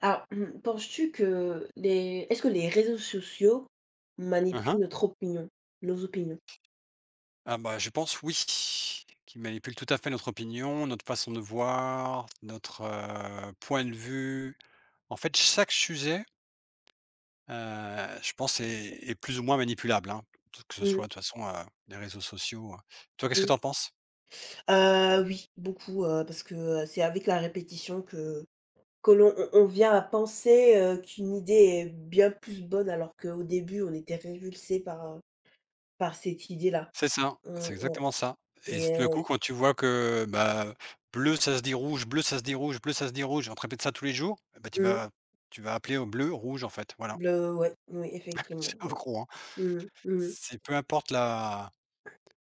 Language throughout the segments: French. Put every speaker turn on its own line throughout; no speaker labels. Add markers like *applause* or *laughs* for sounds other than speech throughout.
Alors, *clears throat* penses-tu que les est-ce que les réseaux sociaux
Hein,
manipulent
hein.
notre opinion? Nos opinions?
Ah bah, je pense oui, qu'ils manipulent tout à fait notre opinion, notre façon de voir, notre point de vue. En fait, chaque sujet, je pense est plus ou moins manipulable, hein, que ce
Mmh
soit de toute façon, les réseaux sociaux. Toi, qu'est-ce que
mh.
t'en penses?
Oui, beaucoup, parce que, c'est avec la répétition que l'on on vient à penser, qu'une idée est bien plus bonne alors qu'au début on était révulsé par cette idée-là.
C'est ça,
Mmh,
c'est
ouais.
exactement ça. Et
et
tout à coup, quand tu vois que, bah, bleu, ça se dit rouge, bleu, ça se dit rouge, bleu, ça se dit rouge, on te répète ça tous les jours, eh bah, tu
mmh,
vas tu vas appeler au bleu, rouge, en fait, voilà.
le Ouais, oui
*laughs*
effectivement,
C'est un
oui.
gros, hein.
Mmh mh.
C'est peu importe la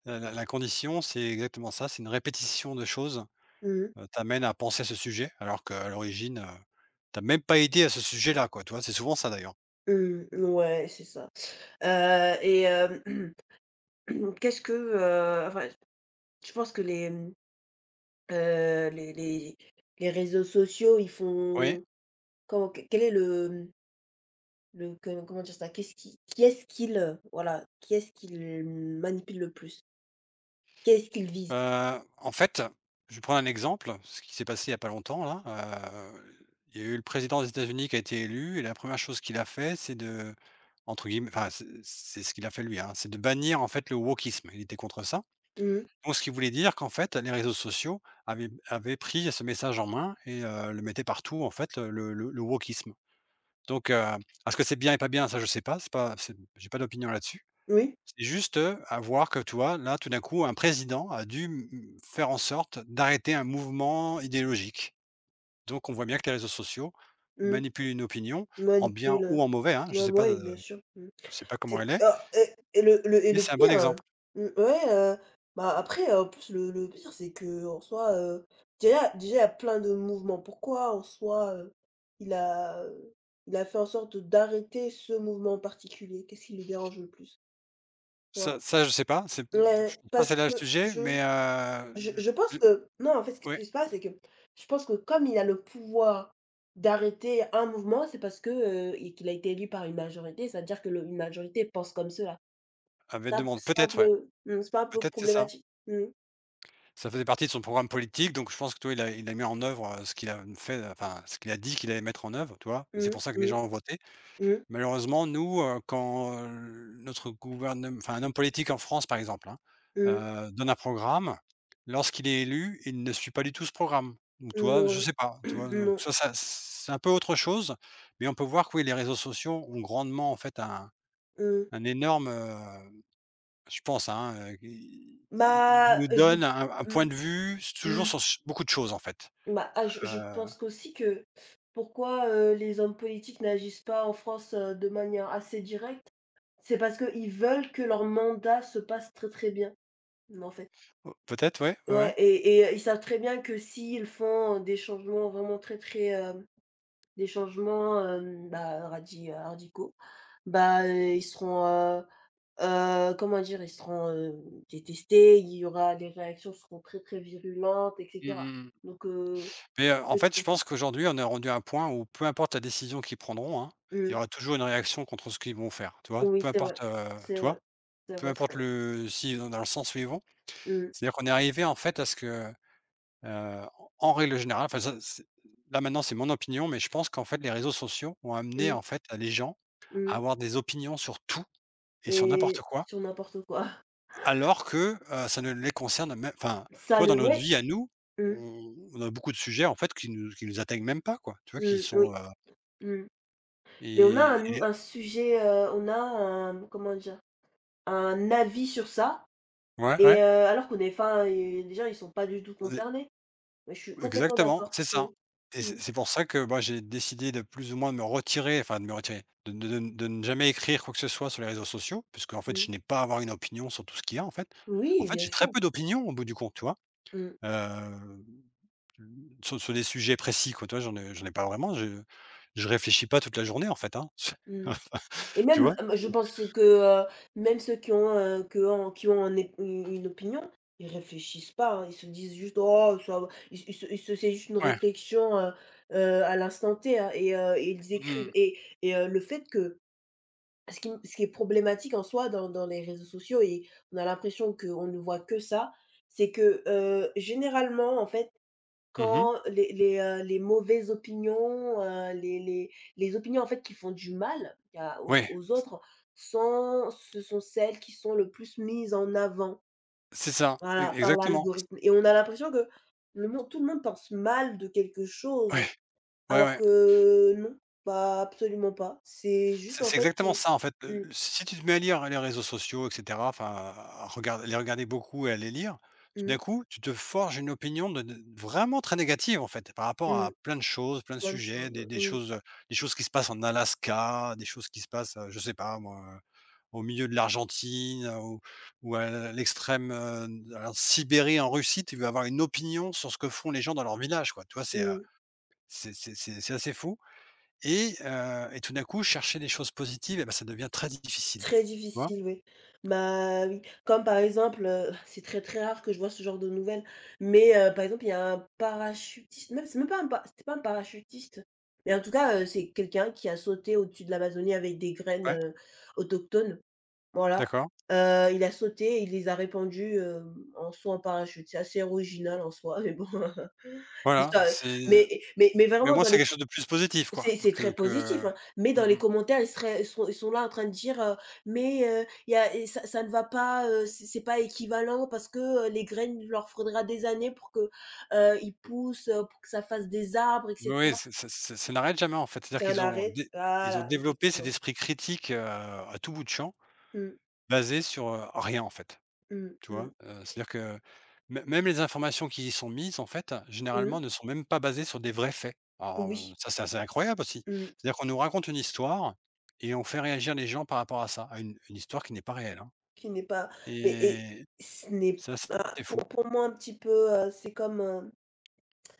La la la condition, c'est exactement ça, c'est une répétition de choses,
Mmh mh.
t'amène à penser à ce sujet, alors qu'à l'origine, tu même pas idée à ce sujet-là, quoi, tu vois? C'est souvent ça d'ailleurs.
Mmh. Ouais, c'est ça. Et hem *clears throat* *clears throat* enfin, je pense que les, mmh, les les les réseaux sociaux, ils
Oui,
font comment que quel est le, mmh, le que comment dire ça? Qu'est-ce qui est-ce qu'ils, voilà, qui est-ce qu'ils manipulent le plus? Qui est-ce qu'ils visent?
en fait, je vais prendre un exemple, ce qui s'est passé il y a pas longtemps là, heu, il y a eu le président des États-Unis qui a été élu et la première chose qu'il a fait, c'est de, entre guillemets, enfin, c'est ce qu'il a fait lui, hein, c'est de bannir en fait le wokisme. Il était contre ça.
Mmh.
Donc ce qui voulait dire qu'en fait, les réseaux sociaux avaient pris ce message en main et le mettaient partout en fait, le wokisme. Donc est-ce que c'est bien et pas bien? Ça, je sais pas, c'est pas c'est j'ai pas d'opinion là-dessus.
Oui,
C'est juste, à voir que tu vois, là, tout d'un coup, un président a dû m faire en sorte d'arrêter un mouvement idéologique. Donc on voit bien que les réseaux sociaux
mmh,
manipulent une opinion, en bien
manipulent,
ou en mauvais, hein,
ouais, ouais, bien sûr. Mmh.
je sais pas comment
C'est
elle est,
ah et et le le et
mais
le
c'est un bon
pire, hein,
exemple.
mmh, ouais, bah, après, en plus le pire c'est qu'en soi, déjà il y a plein de mouvements. Pourquoi en soi, il a, heu, il a fait en sorte d'arrêter ce mouvement en particulier? Qu'est-ce qui le dérange le plus? Tu vois?
Ça ça, je sais pas, c'est je suis
Ouais,
pas si
parce
c'est là le
que
sujet,
je
mais
je je pense que non, en fait, ce
ouais,
qui se passe, c'est que je pense que comme il a le pouvoir d'arrêter un mouvement, c'est parce que, et qu'il a été élu par une majorité, ça veut dire que le une majorité pense comme cela.
avait
Ça
demande.
c'est pas un
Peut-être, ouais.
peu mmh, c'est pas un peu
Peut-être c'est ça.
problématique? Mmh.
Ça faisait partie de son programme politique, donc je pense que, toi il a mis en œuvre, ce qu'il a fait, enfin, ce qu'il a dit qu'il allait mettre en œuvre, tu vois? C'est
Mmh,
pour ça que les
mmh,
gens ont voté.
mmh,
Malheureusement, nous, quand, notre gouvernement, enfin, un homme politique en France, par exemple, hein,
mmh.
donne un programme, lorsqu'il est élu, il ne suit pas du tout ce programme. Donc toi,
Non.
je sais pas, tu vois?
*clears throat*
Donc
Non.
ça ça c'est un peu autre chose, mais on peut voir que oui, les réseaux sociaux ont grandement, en fait, un
Mmh.
énorme, je pense, hein, i i il
Bah,
nous
je
donne un point
mmh,
de vue s toujours
mmh.
sur ch beaucoup de choses, en fait.
Bah, ah, je
Heu,
pense qu'aussi que pourquoi, les hommes politiques n'agissent pas en France, de manière assez directe, c'est parce qu'ils veulent que leur mandat se passe très, très bien, en fait.
oh, peut-être, ouais, ouais,
Ouais,
ouais.
et ils savent très bien que s'ils font des changements vraiment très, très, hem Des changements, hem, bah, radi radicaux. Bah, ils seront, heu comment dire? Ils seront, détestés, il y aura des réactions seront très, très virulentes et
Mmh
cetera.
mh mh.
Donc,
Mais, en
peut-être
fait, je
compter
pense qu'aujourd'hui, on est rendu à un point où peu importe la décision qu'ils prendront, hein, il y
mmh,
aura toujours une réaction contre ce qu'ils vont faire, tu vois?
oui,
Peu
c'est vrai,
importe,
c'est
tu
vrai,
vois?
c'est
Peu
vrai, c'est
importe
vrai.
le si vont dans le sens où ils vont.
Mmh,
C'est-à-dire qu'on est arrivé, en fait, à ce que, heu, en règle générale, enfin ça c'est là, maintenant, c'est mon opinion, mais je pense qu'en fait, les réseaux sociaux ont amené,
mmh,
en fait, à les gens à
mmh,
avoir des opinions sur tout. Et sur n'importe
et
quoi,
sur n'importe quoi. *laughs*
alors que, ça ne les concerne même enfin, tu
Ça
vois, dans
le
notre
Ouais,
vie à nous,
mmh,
on a beaucoup de sujets, en fait, qui nous atteignent même pas, quoi. Tu vois, qui
mmh, oui,
sont,
mmh. Mais on a
et
un
et
un sujet, on a un comment dire? Un avis sur ça.
ouais, ouais,
Et, alors qu'on est enfin, et les gens ils sont pas du tout
on est
concernés. Mais je suis complètement
exactement,
d'accord.
c'est
Mmh.
ça. Et c'est
Mmh.
c'est pour ça que moi, j'ai décidé de plus ou moins de me retirer, enfin de me retirer, de ne de ne jamais écrire quoi que ce soit sur les réseaux sociaux, puisqu'en fait,
Mmh.
je n'ai pas à avoir une opinion sur tout ce qu'il y a, en fait. En
Oui,
fait,
bien
j'ai très
sûr.
peu d'opinions au bout du compte, tu vois?
Mmh.
Heu Mmh, sur des sujets précis quoi, tu vois? J'en ai pas vraiment, je réfléchis pas toute la journée en fait, hein. *laughs*
Mmh. Et
Tu
même,
vois?
je pense que, heu, même ceux qui ont, que en qui ont un é une opinion, ils réfléchissent pas, hein. Ils se disent juste: «Oh ça va». Ils ils se C'est juste une
Ouais.
réflexion, à l'instant T, hein, et ils écrivent
Mmh.
et le fait que ce qui est problématique en soi dans les réseaux sociaux, et on a l'impression qu'on ne voit que ça, c'est que, généralement, en fait,
Mmh.
quand les mauvaises opinions, les opinions, en fait, qui font du mal à aux
Ouais,
aux autres sont celles qui sont le plus mises en avant,
c'est ça, e
voilà, par
exactement.
l'algorithme, et on a l'impression que le monde tout le monde pense mal de quelque chose,
Ouais, ouais,
alors
ouais.
que non, pas absolument pas. C'est juste,
C'est
en
c'est
fait,
exactement ça en fait,
mmh.
si tu te mets à lire les réseaux sociaux et cetera, enfin à regarder les regarder beaucoup et à les lire, tout
Mmh.
d'un coup, tu te forges une opinion de vraiment très négative en fait, par rapport
Mmh.
à plein de choses, plein de
Plein de
sujets,
choses,
des choses, des choses qui se passent en Alaska, des choses qui se passent, je sais pas moi, au milieu de l'Argentine, ou à l'extrême, à la Sibérie en Russie, tu vas avoir une opinion sur ce que font les gens dans leur village, quoi. Tu vois?
mmh,
C'est,
mmh.
c'est assez fou et tout d'un coup, chercher des choses positives et ben ça devient très difficile. Tu
Très
vois?
difficile, oui. Bah, oui, comme par exemple, *laughs* c'est très, très rare que je vois ce genre de nouvelles, mais par exemple, il y a un parachutiste, même c'est même pas un pa c'était pas un parachutiste, mais en tout cas, c'est quelqu'un qui a sauté au-dessus de l'Amazonie avec des graines,
Ouais,
autochtones, voilà.
d'accord.
Il a sauté et il les a répandues, en saut en parachute. C'est assez original en soi, mais bon, *laughs*
Voilà,
l'histoire,
c'est
mais mais
mais au
vraiment
moins,
dans
c'est
les
quelque chose de plus positif, quoi,
C'est très
que
positif,
que
hein, mais
mmh
dans les
mh.
commentaires, ils sont là en train de dire, «Mais, il y a et ça ne va pas, c'est pas équivalent parce que, les graines, il leur faudra des années pour que, ils poussent, pour que ça fasse des arbres et
Oui, oui,
cetera».
ça n'arrête jamais, en fait. C'est-à-dire
C'est
qu'ils
un
ont dé ils ont
Voilà,
développé cet
effectivement.
esprit critique, à tout bout de champ,
Mmh,
basé sur, rien, en fait.
mmh,
Tu
mmh,
vois? C'est-à-dire que mê même les informations qui y sont mises, en fait, généralement,
mmh,
ne sont même pas basées sur des vrais faits. Alors,
oui,
ça, c'est assez incroyable aussi.
mmh,
C'est-à-dire qu'on nous raconte une histoire et on fait réagir les gens par rapport à ça, à une histoire qui n'est pas réelle, hein
qui n'est pas mais et
et
ce n'est
ça,
pas
c'est fou.
pour moi un petit peu, c'est comme,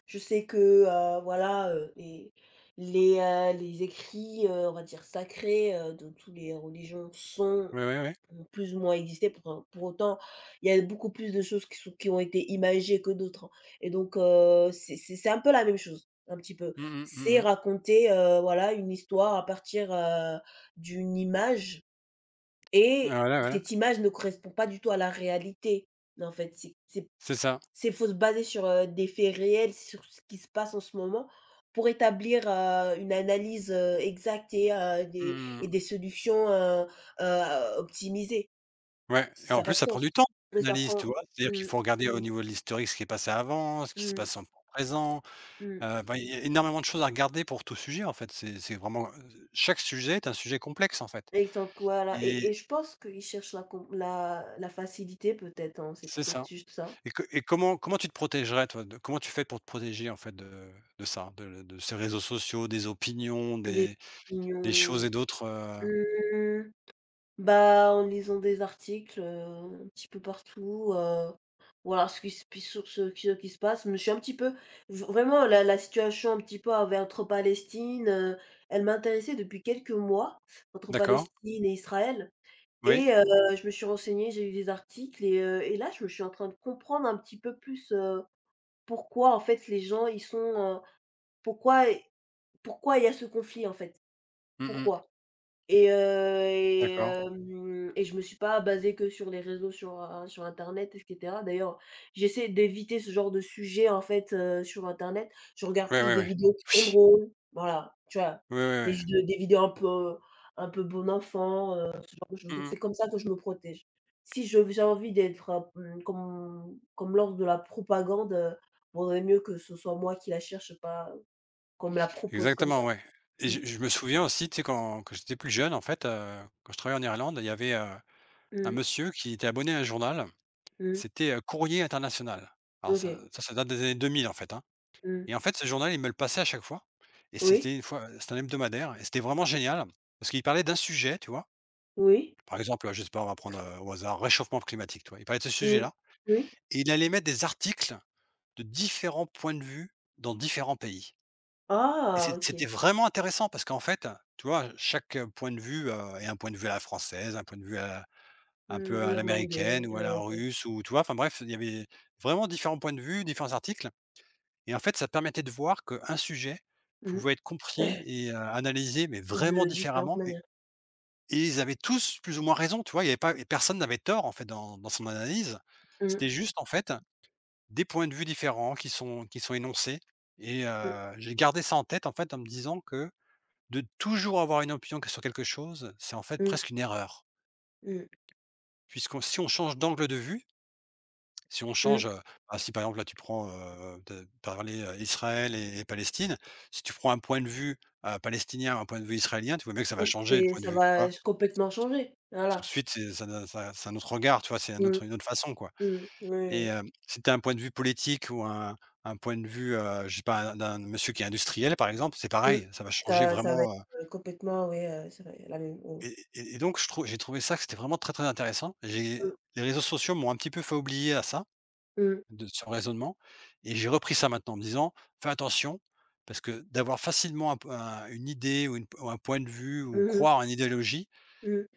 je sais que, voilà, les écrits, on va dire sacrés, de tous les religions sont
Oui, oui, oui.
ont plus ou moins existé, pour autant, il y a beaucoup plus de choses qui ont été imagées que d'autres, hein, et donc, c'est un peu la même chose, un petit peu.
Mmh mh. Mmh
C'est
mh.
raconter, voilà, une histoire à partir, d'une image, et
Voilà, voilà.
cette image ne correspond pas du tout à la réalité, en fait.
C'est ça.
C'est faut se baser sur, des faits réels, sur ce qui se passe en ce moment pour établir, une analyse, exacte, et
Mmh.
des solutions, optimisées.
Ouais et
Ça a
en
pas
plus,
de
ça prend
sens.
du temps,
Mais ça
l'analyse, tu
prend
vois? C'est-à-dire qu'il
mmh,
faut regarder au niveau de l'historique ce qui est passé avant, ce qui se
mmh,
passe en présent.
mmh,
Bah, il y a énormément de choses à regarder pour tout sujet, en fait. C'est vraiment, chaque sujet est un sujet complexe, en fait
exemple, Voilà,
et
et je pense qu'ils cherchent la com la la facilité peut-être, hein, c'est
c'est ça
peut-être juste ça.
et co et comment comment tu te protégerais, toi, de comment tu fais pour te protéger, en fait, de ça, de ces réseaux sociaux, des opinions,
Des
des choses
opinions.
et d'autres,
Mmh. Bah, en lisant des articles, un petit peu partout, voir ce qui se passe. Mais je suis un petit peu v vraiment la situation un petit peu avec entre Palestine, elle m'intéressait depuis quelques mois, entre
D'accord,
Palestine et Israël,
oui.
et, je me suis renseignée, j'ai lu des articles, et là, je me suis en train de comprendre un petit peu plus, pourquoi en fait les gens ils sont, heu, pourquoi pourquoi il y a ce conflit en fait?
Mmh mh.
Pourquoi? Et heu et
D'accord.
hem et je me suis pas basée que sur les réseaux, sur, sur internet et cetera. D'ailleurs, j'essaie d'éviter ce genre de sujet, en fait, sur internet. Je regarde
Oui,
plus
oui,
des
oui.
vidéos qui sont
Oui.
drôles, voilà, tu vois?
Oui, oui. Ouais.
Des vidéos un peu bon enfant, ce genre de choses. Donc
Mmh
c'est
mh.
comme ça que je me protège. Si je j'ai envie d'être, mmh, qu'on me de la propagande, vaudrait mieux que ce soit moi qui la cherche, pas qu'on me la propose comme ça.
Exactement, ouais et
Mmh.
je me souviens aussi, tu sais, quand j'étais plus jeune, en fait, quand je travaillais en Irlande, il y avait, un
Mmh.
monsieur qui était abonné à un journal.
Mmh.
C'était, Courrier International. Alors ça
OK.
ça, ça date des années 2000, en fait, hein
Mmh.
et en fait, ce journal, il me le passait à chaque fois et
Oui?
c'était une fois c'était un hebdomadaire et c'était vraiment génial parce qu'il parlait d'un sujet, tu vois?
Oui,
Par exemple, je sais pas, on va prendre, au hasard, réchauffement climatique, tu vois? Il parlait de ce
oui,
sujet-là
oui.
et il allait mettre des articles de différents points de vue dans différents pays et c'é
Ah! OK.
c'était vraiment intéressant parce qu'en fait, tu vois, chaque, point de vue, est un point de vue à la française, un point de vue à la. Un peu
Mmh,
à l'américaine
irlandais,
ou à la
OK.
russe ou tu vois? Enfin bref, il y avait vraiment différents points de vue, différents articles et en fait, ça permettait de voir qu'un sujet
Mmh. *coughs*
pouvait être compris et analysé, mais vraiment
De différentes
différemment et
manières.
ils avaient tous plus ou moins raison, tu vois? Il y avait pas et personne n'avait tort en fait dans son analyse.
Mmh,
C'était juste en fait des points de vue différents qui sont énoncés et
mmh,
j'ai gardé ça en tête en fait en me disant que de toujours avoir une opinion que sur quelque chose, c'est en fait
mmh,
presque une erreur
mmh,
puisque si on change d'angle de vue. Si on change,
mmh,
bah, si par exemple là tu prends, de parler, Israël et Palestine, si tu prends un point de vue, palestinien, un point de vue israélien, tu vois bien que ça va
mmh.
changer le
C'est
point de
Ça
vue, tu
va
vois?
complètement changer.
Tout de
Voilà.
suite, c'est ça donne ça c'est un autre regard, tu vois? C'est un
Mmh,
autre une autre façon, quoi
mmh, oui,
et
oui.
hem, si tu as un point de vue politique ou un point de vue, je sais pas, un- d'un monsieur qui est industriel, par exemple, c'est
Mmh.
pareil, ça va changer
Ça va être,
vraiment,
complètement, oui. Ça va être la même, oui.
et et donc je trouve j'ai trouvé ça que c'était vraiment très, très intéressant. J'ai
Mmh,
les réseaux sociaux m'ont un petit peu fait oublier à ça.
mmh.
De ce raisonnement et j'ai repris ça maintenant en me disant: «Fais attention parce que d'avoir facilement un p un une idée ou une ou un point de vue ou
Mmh mh.
croire en une idéologie,
Mmh,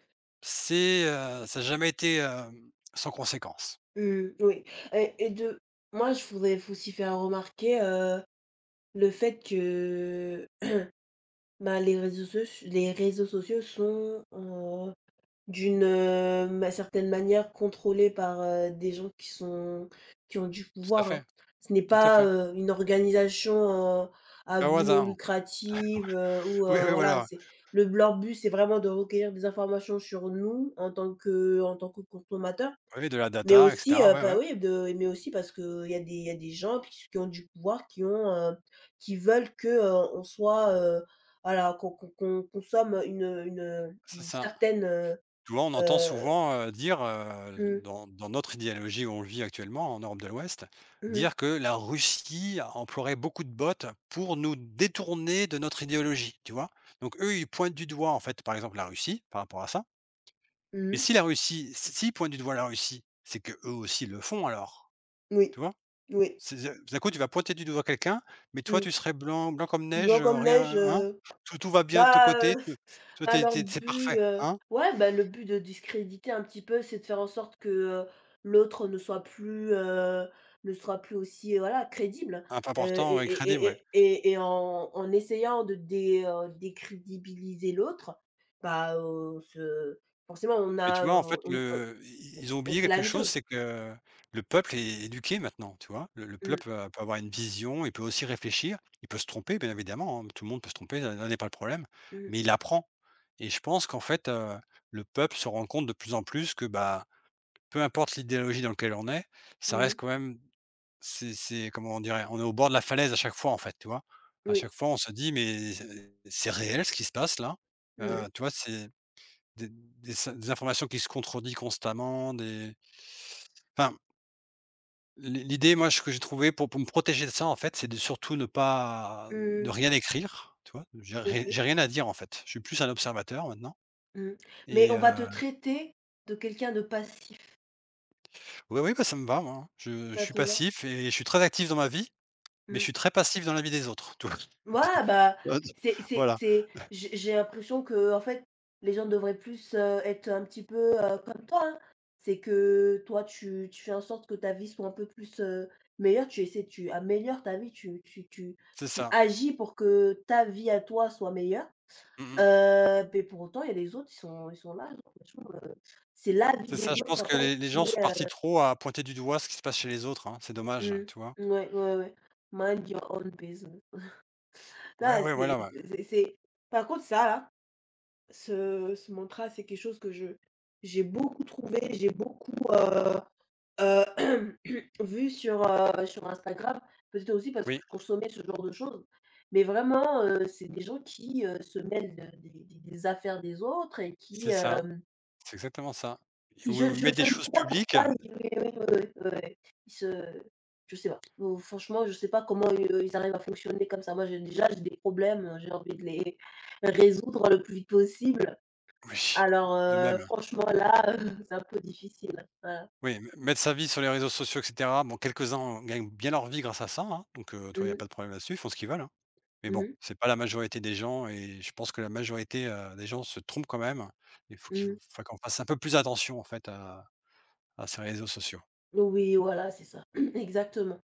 c'est, ça n'a jamais été, hem, sans conséquence».
mmh, oui, et de moi, je voudrais aussi faire remarquer, le fait que, bah, les réseaux sociaux sont, d'une, ma certaine manière, contrôlée par, des gens qui ont du
Tout
pouvoir,
à
hein.
fait,
Ce n'est
tout à
pas,
fait.
une organisation, à
Bah, au
but non
hasard.
lucrative, ou,
Oui, oui,
voilà,
voilà.
c'est le leur but, c'est vraiment de recueillir des informations sur nous en tant que, consommateurs,
Oui, de la
mais
data et
aussi,
cetera. Ouais,
bah,
ouais,
oui, de mais aussi parce que il y a des gens qui ont du pouvoir, qui ont, qui veulent que, on soit, voilà, qu'on consomme
c'est
une
ça.
certaine, euh,
Tu vois, on entend
Heu
souvent, dire,
mmh.
dans notre idéologie où on le vit actuellement en Europe de l'Ouest,
Mmh.
dire que la Russie emploierait beaucoup de bots pour nous détourner de notre idéologie, tu vois? Donc eux, ils pointent du doigt, en fait, par exemple, la Russie par rapport à ça et
Mmh.
si la Russie si s'ils pointent du doigt la Russie, c'est que eux aussi le font alors,
Oui,
tu vois?
oui.
C'est d'un coup, tu vas pointer du doigt quelqu'un, mais toi,
Mmh.
tu serais blanc comme
Blanc
neige,
comme neige,
rien, hein? Tout va bien de ton
bah,
côté, te toi, tu
bah,
es
leur
c'est
but,
parfait, hein?
ouais, bah, le but de discréditer un petit peu, c'est de faire en sorte que, l'autre ne soit plus, ne soit plus aussi, voilà, crédible,
Imp important,
et
ouais,
et
crédible,
et
ouais.
et et et en essayant de dé décrédibiliser l'autre, bah, on se forcément on
Et tu
a,
vois, en fait,
on on
le i ils ont
on
oublié
fait la
quelque
même
chose,
chose.
c'est que le peuple est éduqué maintenant, tu vois? Le
Mmh.
peuple, peut avoir une vision, il peut aussi réfléchir, il peut se tromper, bien évidemment, hein, tout le monde peut se tromper, là là n'est pas le problème,
Mmh.
mais il apprend et je pense qu'en fait, le peuple se rend compte de plus en plus que, bah, peu importe l'idéologie dans lequel on est, ça reste
Mmh.
quand même c'est comment on dirait? On est au bord de la falaise à chaque fois, en fait, tu vois? À
Oui.
chaque fois, on se dit: «Mais c'est réel ce qui se passe là?»
Mmh.
Tu vois? C'est des informations qui se contredisent constamment, des enfin, l'i l'idée, moi, ce que j'ai trouvé pour me protéger de ça, en fait, c'est de surtout ne pas ne
Mmh.
rien écrire, tu vois? J'ai rien
OK.
j'ai rien à dire, en fait. Je suis plus un observateur maintenant
Mmh. Mais
et
on va te traiter de quelqu'un de passif,
oui, oui, bah, ça me va, moi, hein. Je
ça
suis
te va?
passif et je suis très actif dans ma vie, mais je
Mmh.
suis très passif dans la vie des autres, tu vois?
Ouais,
*laughs*
bah,
Voilà,
c'est j'ai l'impression que, en fait, les gens devraient plus, être un petit peu, comme toi, hein. C'est que toi, tu fais en sorte que ta vie soit un peu plus, meilleure, tu améliores ta vie, tu tu tu
c'est
tu
ça.
agis pour que ta vie à toi soit meilleure,
Mmh mh.
mais pour autant, il y a les autres, ils sont là, j'ai l'impression, c'est la vie
C'est ça,
des
je
autres,
pense
en
que
fait,
les
qui
gens sont
est,
partis trop à pointer du doigt ce qui se passe chez les autres, hein, c'est dommage,
Mmh.
tu vois?
Ouais, ouais, ouais. Mind your own business.
Ouais,
Là,
ouais, voilà, ouais.
c'est par contre ça là, ce mantra, c'est quelque chose que je j'ai beaucoup trouvé, j'ai beaucoup, heu, *clears throat* vu sur, sur Instagram. Peut-être aussi parce que
Oui,
je consommais ce genre de choses. Mais vraiment, c'est des gens qui, se mêlent de des affaires des autres et qui,
c'est ça.
hem
C'est exactement ça.
puis je
Ou
je
mettre
je
des
ne
choses
sais pas
publiques
pourquoi ils oui, oui, oui, oui, oui, oui. Ils se Je sais pas. Franchement, je sais pas comment i ils arrivent à fonctionner comme ça. Moi, j'ai des problèmes, hein. J'ai envie de les résoudre le plus vite possible.
oui,
Alors,
de même.
franchement là, *laughs* c'est un peu difficile, hein. Voilà.
Oui, m mettre sa vie sur les réseaux sociaux et cetera. Bon, quelques-uns gagnent bien leur vie grâce à ça, hein, donc tu il n'y a
Mmh
pas de problème là-dessus, ils font ce qu'ils veulent, hein. Mais
mh.
bon, c'est pas la majorité des gens et je pense que la majorité, des gens se trompent quand même. Il faut qu'il
Mmh.
faut faut qu'on fasse un peu plus attention en fait à ces réseaux sociaux.
Oui, voilà, c'est ça. *clears throat* Exactement.